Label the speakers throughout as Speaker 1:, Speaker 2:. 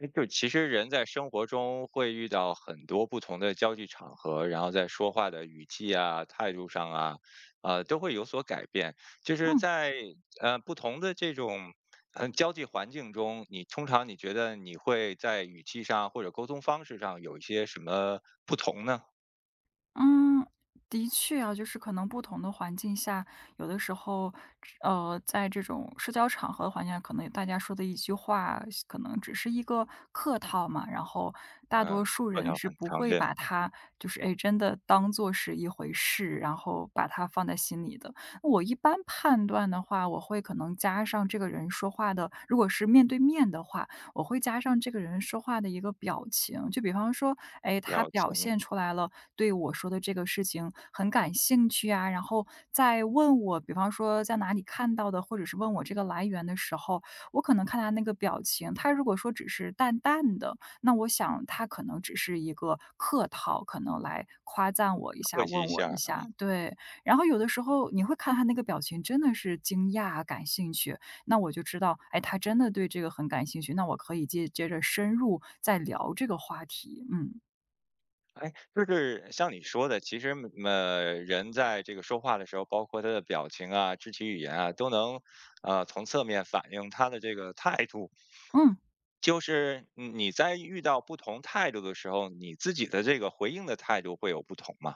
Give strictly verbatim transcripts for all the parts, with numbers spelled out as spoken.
Speaker 1: 诶，就其实人在生活中会遇到很多不同的交际场合，然后在说话的语气啊、态度上啊，呃，都会有所改变。就是
Speaker 2: 嗯
Speaker 1: 在呃不同的这种嗯交际环境中，你通常你觉得你会在语气上或者沟通方式上有一些什么不同呢？
Speaker 2: 嗯，的确啊，就是可能不同的环境下，有的时候，呃，在这种社交场合的环境下，可能大家说的一句话，可能只是一个客套嘛，然后大
Speaker 1: 嗯。呃，
Speaker 2: 多数
Speaker 1: 客
Speaker 2: 人
Speaker 1: 套
Speaker 2: 是
Speaker 1: 很
Speaker 2: 不
Speaker 1: 常
Speaker 2: 会
Speaker 1: 见。
Speaker 2: 把它就是哎真的当做是一回事，然后把它放在心里的。我一般判断的话，我会可能加上这个人说话的，如果是面对面的话，我会加上这个人说话的一个表情。就比方说，哎，他
Speaker 1: 表
Speaker 2: 表
Speaker 1: 情，
Speaker 2: 现出来了对我说的这个事情很感兴趣啊，然后在问我，比方说在哪里看到的，或者是问我这个来源的时候，我可能看他那个表情，他如果说只是淡淡的，那我想他可能只是一个客套，可能来夸赞我一
Speaker 1: 客
Speaker 2: 下，
Speaker 1: 气一
Speaker 2: 问我一
Speaker 1: 下，嗯。
Speaker 2: 下，对。然后有的时候你会看他那个表情，真的是惊讶啊、感兴趣，那我就知道，哎，他真的对这个很感兴趣，那我可以接接着深入再聊这个话题。嗯
Speaker 1: 哎，就是像你说的，其实嗯呃，人在这个说话的时候，包括他的表情啊、肢体语言啊，都能呃从侧面反映他的这个态度。
Speaker 2: 嗯，
Speaker 1: 就是你你在遇到不同态度的时候，你自己的这个回应的态度会有不同吗？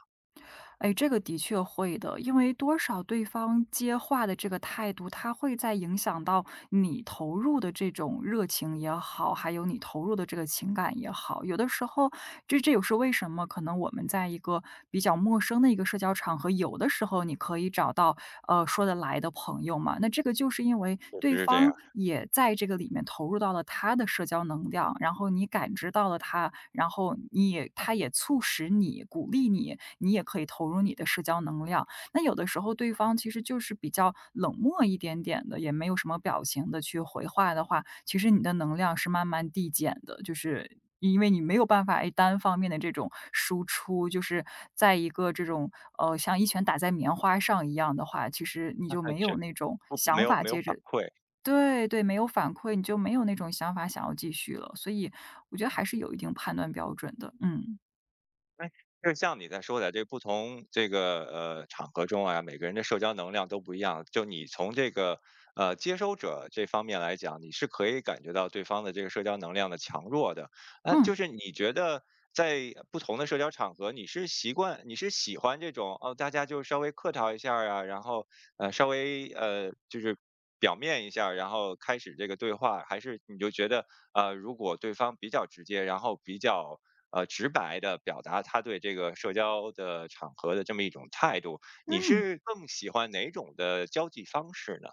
Speaker 2: 哎，这个的确会的，因为多少对方接话的这个态度，他会在影响到你投入的这种热情也好，还有你投入的这个情感也好。有的时候，这这也是为什么可能我们在一个比较陌生的一个社交场。场合，有的时候你可以找到呃说得来的朋友嘛。那这个就是因为
Speaker 1: 是不
Speaker 2: 对
Speaker 1: 是这样？
Speaker 2: 方也在这个里面投入到了他的社交能量，然后你感知到了他，然后你也他也促使你鼓励你，你也可以投入你的社交能量。那有的时候对方其实就是比较冷漠一点点的，也没有什么表情的去回话的话，其实你的能量是慢慢递减的，就是因为你没有办法，哎，单方面的这种输出，就是在一个这种，呃，像一拳打在棉花上一样的话，其实你 就
Speaker 1: 那
Speaker 2: 没有
Speaker 1: 全
Speaker 2: 那种
Speaker 1: 不没
Speaker 2: 想
Speaker 1: 有
Speaker 2: 法
Speaker 1: 没有
Speaker 2: 接
Speaker 1: 反
Speaker 2: 着
Speaker 1: 馈。
Speaker 2: 对对，没有反馈，你就没有那种想法想要继续了，所以我觉得还是有一定判断标准的，嗯，
Speaker 1: 哎，就像你在说的，这不同这个呃场合中啊，每个人的社交能量都不一样。就你从这个呃接收者这方面来讲，你是可以感觉到对方的这个社交能量的强弱的。啊，
Speaker 2: 嗯，
Speaker 1: 就是你觉得在不同的社交场合，你是习惯，你是喜欢这种哦，大家就稍微客套一下儿啊，然后呃稍微呃就是表面一下儿然后开始这个对话，还是你就觉得，呃，如果对方比较直接，然后比较呃直白的表达他对这个社交的场合的这么一种态度，你
Speaker 2: 嗯。
Speaker 1: 是更喜欢哪种的交际方式呢？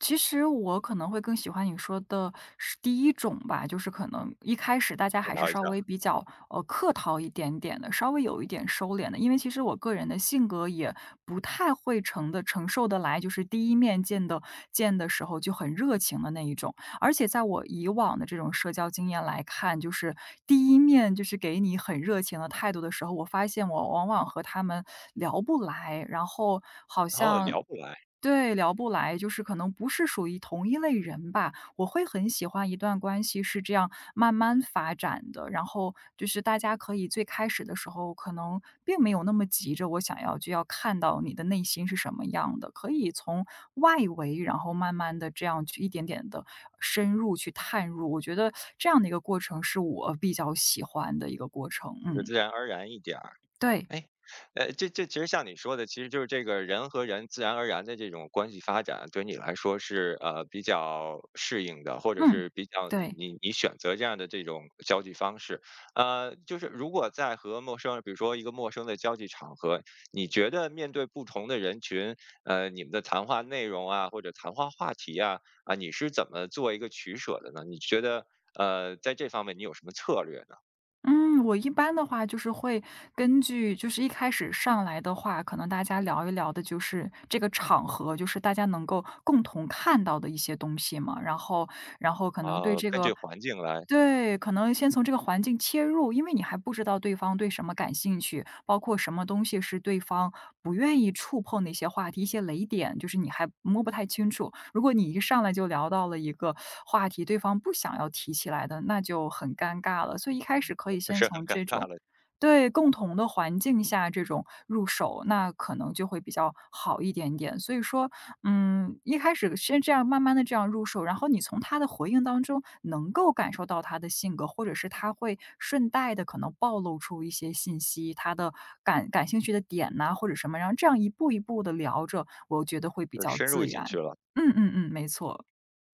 Speaker 2: 其实我可能会更喜欢你说的是第一种吧，就是可能一开始大家
Speaker 1: 表
Speaker 2: 还是
Speaker 1: 达一下，
Speaker 2: 稍微比较呃客套一点点的，稍微有一点收敛的，因为其实我个人的性格也不太会承的承受得来，就是第一面见的见的时候就很热情的那一种，而且在我以往的这种社交经验来看，就是第一面就是给你很热情的态度的时候，我发现我往往和他们聊不来，然后好
Speaker 1: 然后
Speaker 2: 像。
Speaker 1: 聊不来，
Speaker 2: 对，聊不来，就是可能不是属于同一类人吧。我会很喜欢一段关系是这样慢慢发展的，然后就是大家可以最开始的时候，可能并没有那么急着，我想要就要看到你的内心是什么样的，可以从外围，然后慢慢的这样去一点点的深入去探入。我觉得这样的一个过程是我比较喜欢的一个过程。
Speaker 1: 就是
Speaker 2: 嗯，
Speaker 1: 自然而然一点。
Speaker 2: 对，
Speaker 1: 哎，呃，这这其实像你说的，其实就是这个人和人自然而然的这种关系发展，对你来说是呃比较适应的，或者
Speaker 2: 嗯，
Speaker 1: 是比较你
Speaker 2: 对。
Speaker 1: 你你选择这样的这种交际方式。呃，就是如果在和陌生人，比如说一个陌生的交际场合，你觉得面对不同的人群，呃，你们的谈话内容啊，或者谈话话题啊，啊，你是怎么做一个取舍的呢？你觉得？呃，在这方面你有什么策略呢？
Speaker 2: 嗯，我一般的话就是会根据就是一开始上来的话，可能大家聊一聊的就是这个场合，就是大家能够共同看到的一些东西嘛，然后然后可能对
Speaker 1: 啊，
Speaker 2: 这
Speaker 1: 根据
Speaker 2: 个
Speaker 1: 环境来。
Speaker 2: 对，可能先从这个环境切入，因为你还不知道对方对什么感兴趣，包括什么东西是对方不愿意触碰的一些话题、一些雷点，就是你还摸不太清楚。如果你一上来就聊到了一个话题，对方不想要提起来的，那就很尴尬了。所以一开始可 以
Speaker 1: 这
Speaker 2: 先
Speaker 1: 事儿很
Speaker 2: 从
Speaker 1: 尴
Speaker 2: 这
Speaker 1: 尬
Speaker 2: 种
Speaker 1: 了。
Speaker 2: 对共同的环境下这种入手，那可能就会比较好一点点。所以说，嗯，一开始先这样慢慢的这样入手，然后你从他的回应当中能够感受到他的性格，或者是他会顺带的可能暴露出一些信息，他的感感兴趣的点呐，或者什么，然后这样一步一步的聊着，我觉得会比
Speaker 1: 就是
Speaker 2: 较
Speaker 1: 深入
Speaker 2: 自
Speaker 1: 进去
Speaker 2: 然。
Speaker 1: 了。
Speaker 2: 嗯嗯嗯，没错，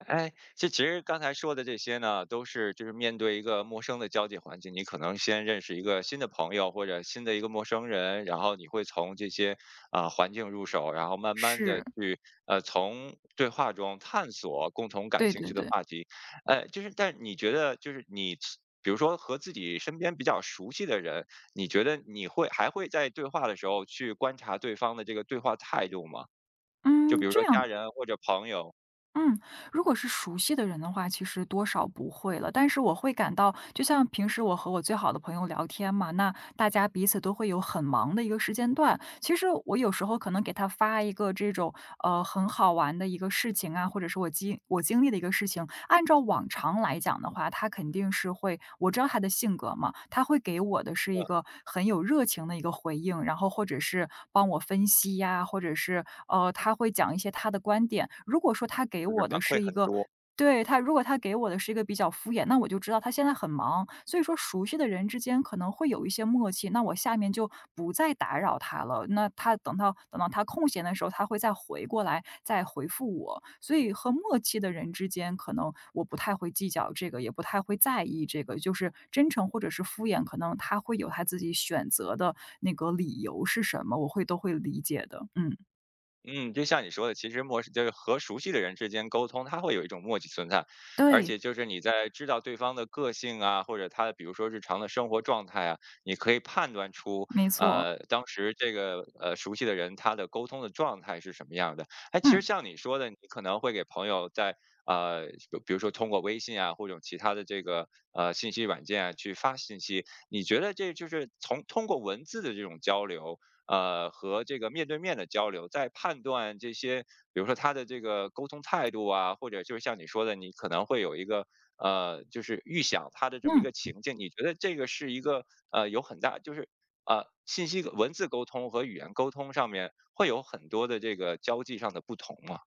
Speaker 1: 哎，这其实刚才说的这些呢，都是就是面对一个陌生的交际环境，你可能先认识一个新的朋友或者新的一个陌生人，然后你会从这些啊，环境入手，然后慢慢的
Speaker 2: 是，
Speaker 1: 去呃从对话中探索共同感
Speaker 2: 对
Speaker 1: 兴趣
Speaker 2: 对
Speaker 1: 的
Speaker 2: 对。
Speaker 1: 话题。呃，就是但你觉得就是你比如说和自己身边比较熟悉的人，你觉得你会还会在对话的时候去观察对方的这个对话态度吗？就
Speaker 2: 嗯，
Speaker 1: 比如
Speaker 2: 这
Speaker 1: 说家
Speaker 2: 样
Speaker 1: 人或者朋友，
Speaker 2: 嗯，如果是熟悉的人的话，其实多少不会了，但是我会感到就像平时我和我最好的朋友聊天嘛，那大家彼此都会有很忙的一个时间段，其实我有时候可能给他发一个这种，呃，很好玩的一个事情啊，或者是我经我经历的一个事情，按照往常来讲的话，他肯定是会我知道他的性格嘛，他会给我的是一个很有热情的一个回应，然后或者是帮我分析呀，或者是，呃，他会讲一些他的观点。如果说他给
Speaker 1: 就是
Speaker 2: 我
Speaker 1: 反
Speaker 2: 的
Speaker 1: 馈
Speaker 2: 是一
Speaker 1: 很
Speaker 2: 个
Speaker 1: 多。
Speaker 2: 对，他如果他给我的是一个比较敷衍，那我就知道他现在很忙，所以说熟悉的人之间可能会有一些默契，那我下面就不再打扰他了。那他等到等到他空闲的时候，他会再回过来再回复我。所以和默契的人之间，可能我不太会计较这个，也不太会在意这个，就是真诚或者是敷衍，可能他会有他自己选择的那个理由是什么，我会都会理解的。嗯，
Speaker 1: 嗯，就像你说的，其实陌生就是和熟悉的人之间沟通，它会有一种默契存在，而
Speaker 2: 对，
Speaker 1: 且就是你在知道对方的个性啊，或者他的比如说日常的生活状态啊，你可以判断出，
Speaker 2: 没错，
Speaker 1: 呃，当时这个呃熟悉的人他的沟通的状态是什么样的。哎，其实
Speaker 2: 嗯
Speaker 1: 像你说的，你可能会给朋友在呃，比如说通过微信啊，或者其他的这个呃信息软件啊去发信息，你觉得这就是从通过文字的这种交流，呃，和这个面对面的交流，在判断这些，比如说他的这个沟通态度啊，或者就是像你说的，你可能会有一个呃，就是预想他的这么一
Speaker 2: 嗯。
Speaker 1: 个情境，你觉得这个是一个呃有很大就是呃信息文字沟通和语言沟通上面会有很多的这个交际上的不同嘛，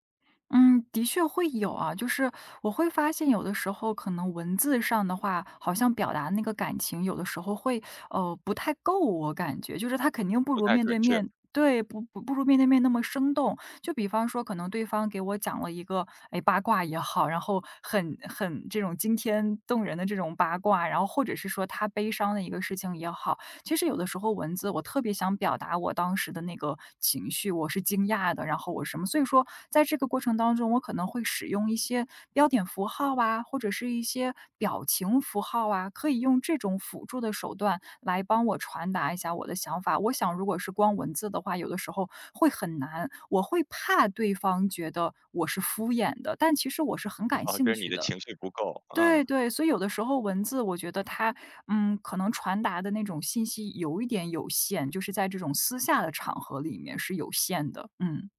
Speaker 2: 嗯，的确会有啊，就是我会发现有的时候可能文字上的话，好像表达那个感情，有的时候会呃不太够，我感觉就是它肯定不
Speaker 1: 不
Speaker 2: 如
Speaker 1: 太
Speaker 2: 面
Speaker 1: 准
Speaker 2: 对
Speaker 1: 确。
Speaker 2: 面。对，不不不如面对面那么生动。就比方说，可能对方给我讲了一个哎八卦也好，然后很很这种惊天动人的这种八卦，然后或者是说他悲伤的一个事情也好，其实有的时候文字我特别想表达我当时的那个情绪，我是惊讶的，然后我是什么，所以说在这个过程当中，我可能会使用一些标点符号啊，或者是一些表情符号啊，可以用这种辅助的手段来帮我传达一下我的想法。我想，如果是光文字的话，有的时候会很难，我会怕对方觉得我是敷衍的，但其实我是很 感
Speaker 1: 啊，就
Speaker 2: 兴
Speaker 1: 是你
Speaker 2: 趣
Speaker 1: 的
Speaker 2: 的。
Speaker 1: 情绪不够，嗯。
Speaker 2: 对对，所以有的时候文字我觉得它，嗯，可能传达的那种信息有一点有限，就是在这种私下的场合里面是有限的。嗯，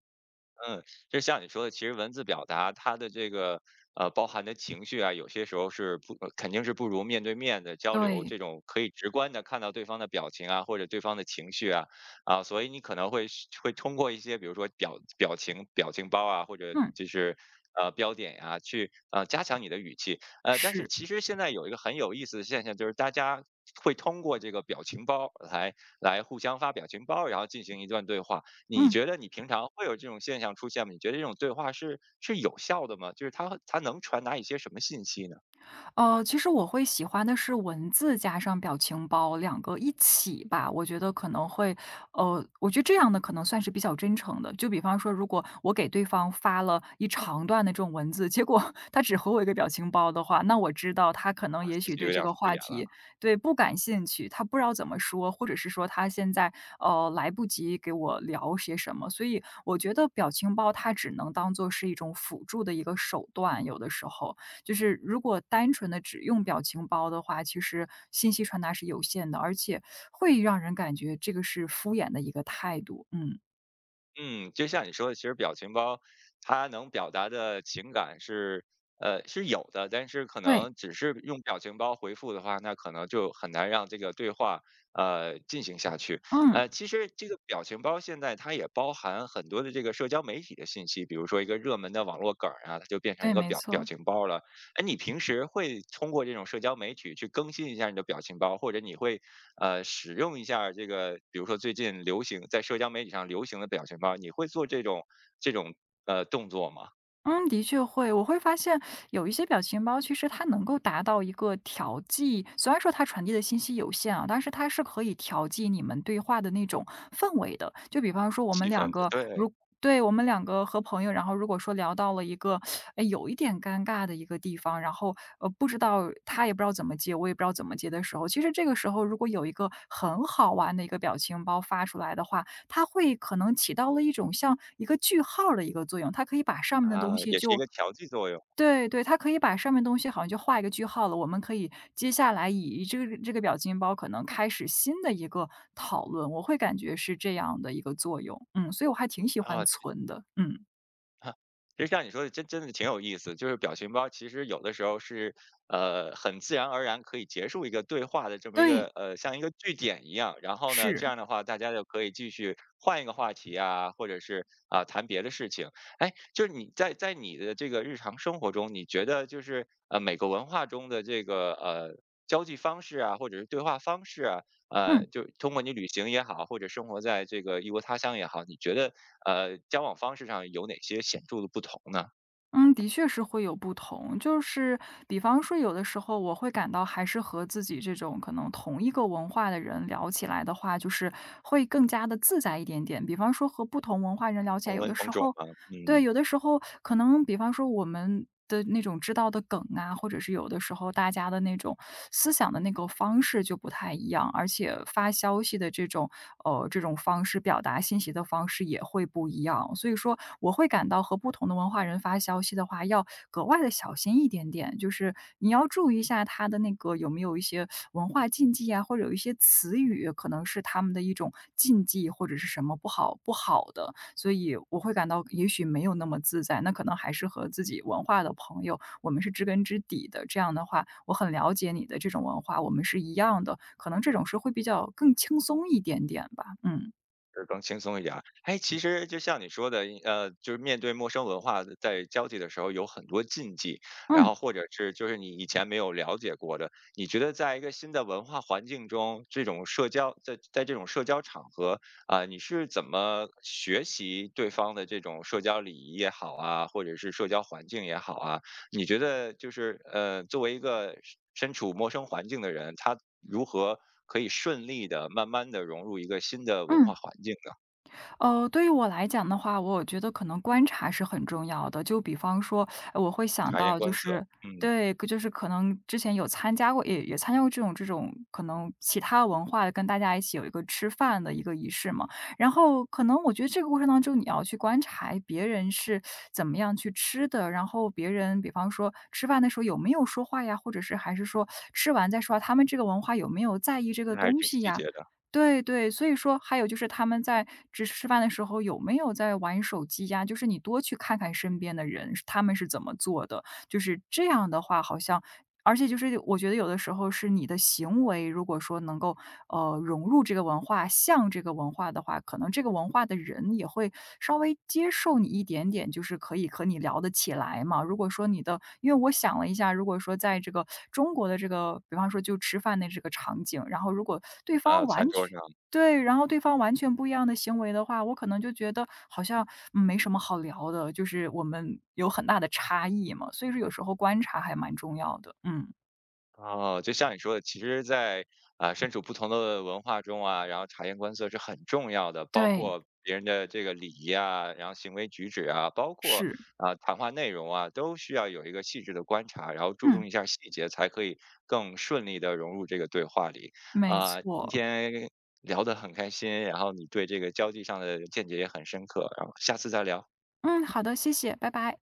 Speaker 1: 嗯，就像你说的，其实文字表达它的这个呃包含的情绪啊，有些时候是不呃肯定是不如面对面的交流
Speaker 2: 对，
Speaker 1: 这种可以直观的看到对方的表情啊，或者对方的情绪啊啊，所以你可能会是会通过一些比如说表表情表情包啊，或者
Speaker 2: 嗯，
Speaker 1: 就是呃标点呀、去呃加强你的语气。呃，但是
Speaker 2: 是，
Speaker 1: 其实现在有一个很有意思的现象，就是大家会通过这个表情包来来互相发表情包，然后进行一段对话。你
Speaker 2: 嗯。
Speaker 1: 觉得你平常会有这种现象出现吗？你觉得这种对话是是有效的吗？就是它它能传达一些什么信息呢？
Speaker 2: 呃，其实我会喜欢的是文字加上表情包两个一起吧，我觉得可能会，呃，我觉得这样的可能算是比较真诚的。就比方说，如果我给对方发了一长段的这种文字，结果 他只回我一个表情包的话，那我知道他可能
Speaker 1: 啊
Speaker 2: 也
Speaker 1: 自
Speaker 2: 许
Speaker 1: 己
Speaker 2: 对
Speaker 1: 有
Speaker 2: 这
Speaker 1: 点敷
Speaker 2: 个话
Speaker 1: 衍了。
Speaker 2: 题对不感兴趣，他不知道怎么说，或者是说他现在呃来不及给我聊些什么，所以我觉得表情包它只能当做是一种辅助的一个手段，有的时候。就是如果单纯的只用表情包的话，其实信息传达是有限的，而且会让人感觉这个是敷衍的一个态度。嗯，
Speaker 1: 嗯，就像你说的，其实表情包它能表达的情感是呃是有的，但是可
Speaker 2: 对，
Speaker 1: 能只是用表情包回复的话，那可能就很难让这个对话呃进行下去。
Speaker 2: 嗯，
Speaker 1: 呃，其实这个表情包现在它也包含很多的这个社交媒体的信息，比如说一个热门的网络梗儿啊，它就变成一
Speaker 2: 对，
Speaker 1: 个
Speaker 2: 没
Speaker 1: 表表
Speaker 2: 错。
Speaker 1: 情包了。哎，你平时会通过这种社交媒体去更新一下你的表情包，或者你会呃使用一下这个，比如说最近流行在社交媒体上流行的表情包，你会做这种这种呃动作吗？
Speaker 2: 嗯，的确会。我会发现有一些表情包，其实它能够达到一个调剂，虽然说它传递的信息有限啊，但是它是可以调剂你们对话的那种氛围的。就比方说我们
Speaker 1: 气
Speaker 2: 两
Speaker 1: 氛的
Speaker 2: 个
Speaker 1: 对，
Speaker 2: 如对，我们两个和朋友，然后如果说聊到了一个，哎，有一点尴尬的一个地方，然后呃，不知道他也不知道怎么接，我也不知道怎么接的时候，其实这个时候如果有一个很好玩的一个表情包发出来的话，它会可能起到了一种像一个句号儿的一个作用，它可以把上面的东
Speaker 1: 啊，
Speaker 2: 西
Speaker 1: 也是一
Speaker 2: 就
Speaker 1: 个调剂作用
Speaker 2: 对对，它可以把上面东西好像就画一个句号了。我们可以接下来以这个这个表情包可能开始新的一个讨论，我会感觉是这样的一个作用。嗯，所以我还挺喜欢
Speaker 1: 啊。
Speaker 2: 存的。嗯，
Speaker 1: 啊，其实像你说的，真真的挺有意思。就是表情包，其实有的时候是呃很自然而然可以结束一个对话的这么一个
Speaker 2: 对，
Speaker 1: 呃像一个句点一样。然后呢，
Speaker 2: 是，
Speaker 1: 这样的话大家就可以继续换一个话题啊，或者是啊，谈别的事情。哎，就是你在在你的这个日常生活中，你觉得就是呃每个文化中的这个呃。交际方式啊，或者是对话方式啊，呃，
Speaker 2: 嗯。
Speaker 1: 就通过你旅行也好，或者生活在这个异国他乡也好，你觉得呃，交往方式上有哪些显著的不同呢？
Speaker 2: 嗯，的确是会有不同。就是比方说，有的时候我会感到，还是和自己这种可能同一个文化的人聊起来的话，就是会更加的自在一点点。比方说，和不同文化人聊起来，
Speaker 1: 同
Speaker 2: 有
Speaker 1: 文
Speaker 2: 的
Speaker 1: 同
Speaker 2: 时
Speaker 1: 种
Speaker 2: 候
Speaker 1: 吗？
Speaker 2: 对，
Speaker 1: 嗯，
Speaker 2: 有的时候可能比方说我们的那种知道的梗啊，或者是有的时候大家的那种思想的那个方式就不太一样，而且发消息的这种呃，这种方式表达信息的方式也会不一样。所以说我会感到和不同的文化人发消息的话，要格外的小心一点点，就是你要注意一下他的那个有没有一些文化禁忌啊，或者有一些词语可能是他们的一种禁忌，或者是什么不好不好的。所以我会感到也许没有那么自在，那可能还是和自己文化的朋友，我们是知根知底的。这样的话，我很了解你的这种文化，我们是一样的，可能这种是会比较更轻松一点点吧。嗯
Speaker 1: 就是更轻松一点儿。哎，其实就像你说的，呃，就是面对陌生文化的在交际的时候有很多禁忌，然
Speaker 2: 嗯
Speaker 1: 后或者是就是你以前没有了解过的，你觉得在一个新的文化环境中，这种社交在在这种社交场合，啊、你是怎么学习对方的这种社交礼仪也好啊，或者是社交环境也好啊，你觉得就是呃，作为一个身身处陌生环境的人，他如何可以顺利的、慢慢的融入一个新的文化
Speaker 2: 嗯。
Speaker 1: 环境呢？
Speaker 2: 呃，对于我来讲的话，我觉得可能观察是很重要的。就比方说，呃我会想
Speaker 1: 察言
Speaker 2: 到就
Speaker 1: 观色，
Speaker 2: 是
Speaker 1: 嗯，
Speaker 2: 对，就是可能之前有参加过，也也参加过这种这种可能其他文化的跟大家一起有一个吃饭的一个仪式嘛。然后可能我觉得这个过程当中，你要去观察别人是怎么样去吃的，然后别人比方说吃饭的时候有没有说话呀，或者是还是说吃完再说话他们这个文化有没有在意这
Speaker 1: 这
Speaker 2: 个
Speaker 1: 还是
Speaker 2: 东
Speaker 1: 挺
Speaker 2: 西
Speaker 1: 细
Speaker 2: 呀？
Speaker 1: 节的，
Speaker 2: 对对，所以说还有就是他们在吃吃饭的时候有没有在玩手机呀，就是你多去看看身边的人，他们是怎么做的，就是这样的话好像而且就是我觉得有的时候是你的行为，如果说能够呃，融入这个文化，像这个文化的话，可能这个文化的人也会稍微接受你一点点，就是可以和你聊得起来嘛。如果说你的因为我想了一下，如果说在这个中国的这个，比方说就吃饭的这个场景，然后如果对方
Speaker 1: 啊，餐
Speaker 2: 完
Speaker 1: 桌
Speaker 2: 全
Speaker 1: 上。
Speaker 2: 对，然后对方完全不一样的行为的话，我可能就觉得好像，嗯没什么好聊的，就是我们有很大的差异嘛，所以说有时候观察还蛮重要的。嗯，
Speaker 1: 哦，就像你说的，其实在，啊，身处不同的文化中啊，然后察言观色是很重要的，包
Speaker 2: 对，
Speaker 1: 括别人的这个礼仪啊，然后行为举止啊，包括
Speaker 2: 是，
Speaker 1: 啊，谈话内容啊，都需要有一个细致的观察，然后注重
Speaker 2: 嗯，
Speaker 1: 一下细节，才可以更顺利的融入这个对话里。
Speaker 2: 没
Speaker 1: 啊，今
Speaker 2: 错。
Speaker 1: 天聊得很开心，然后你对这个交际上的见解也很深刻，然后下次再聊。
Speaker 2: 嗯，好的，谢谢，拜拜。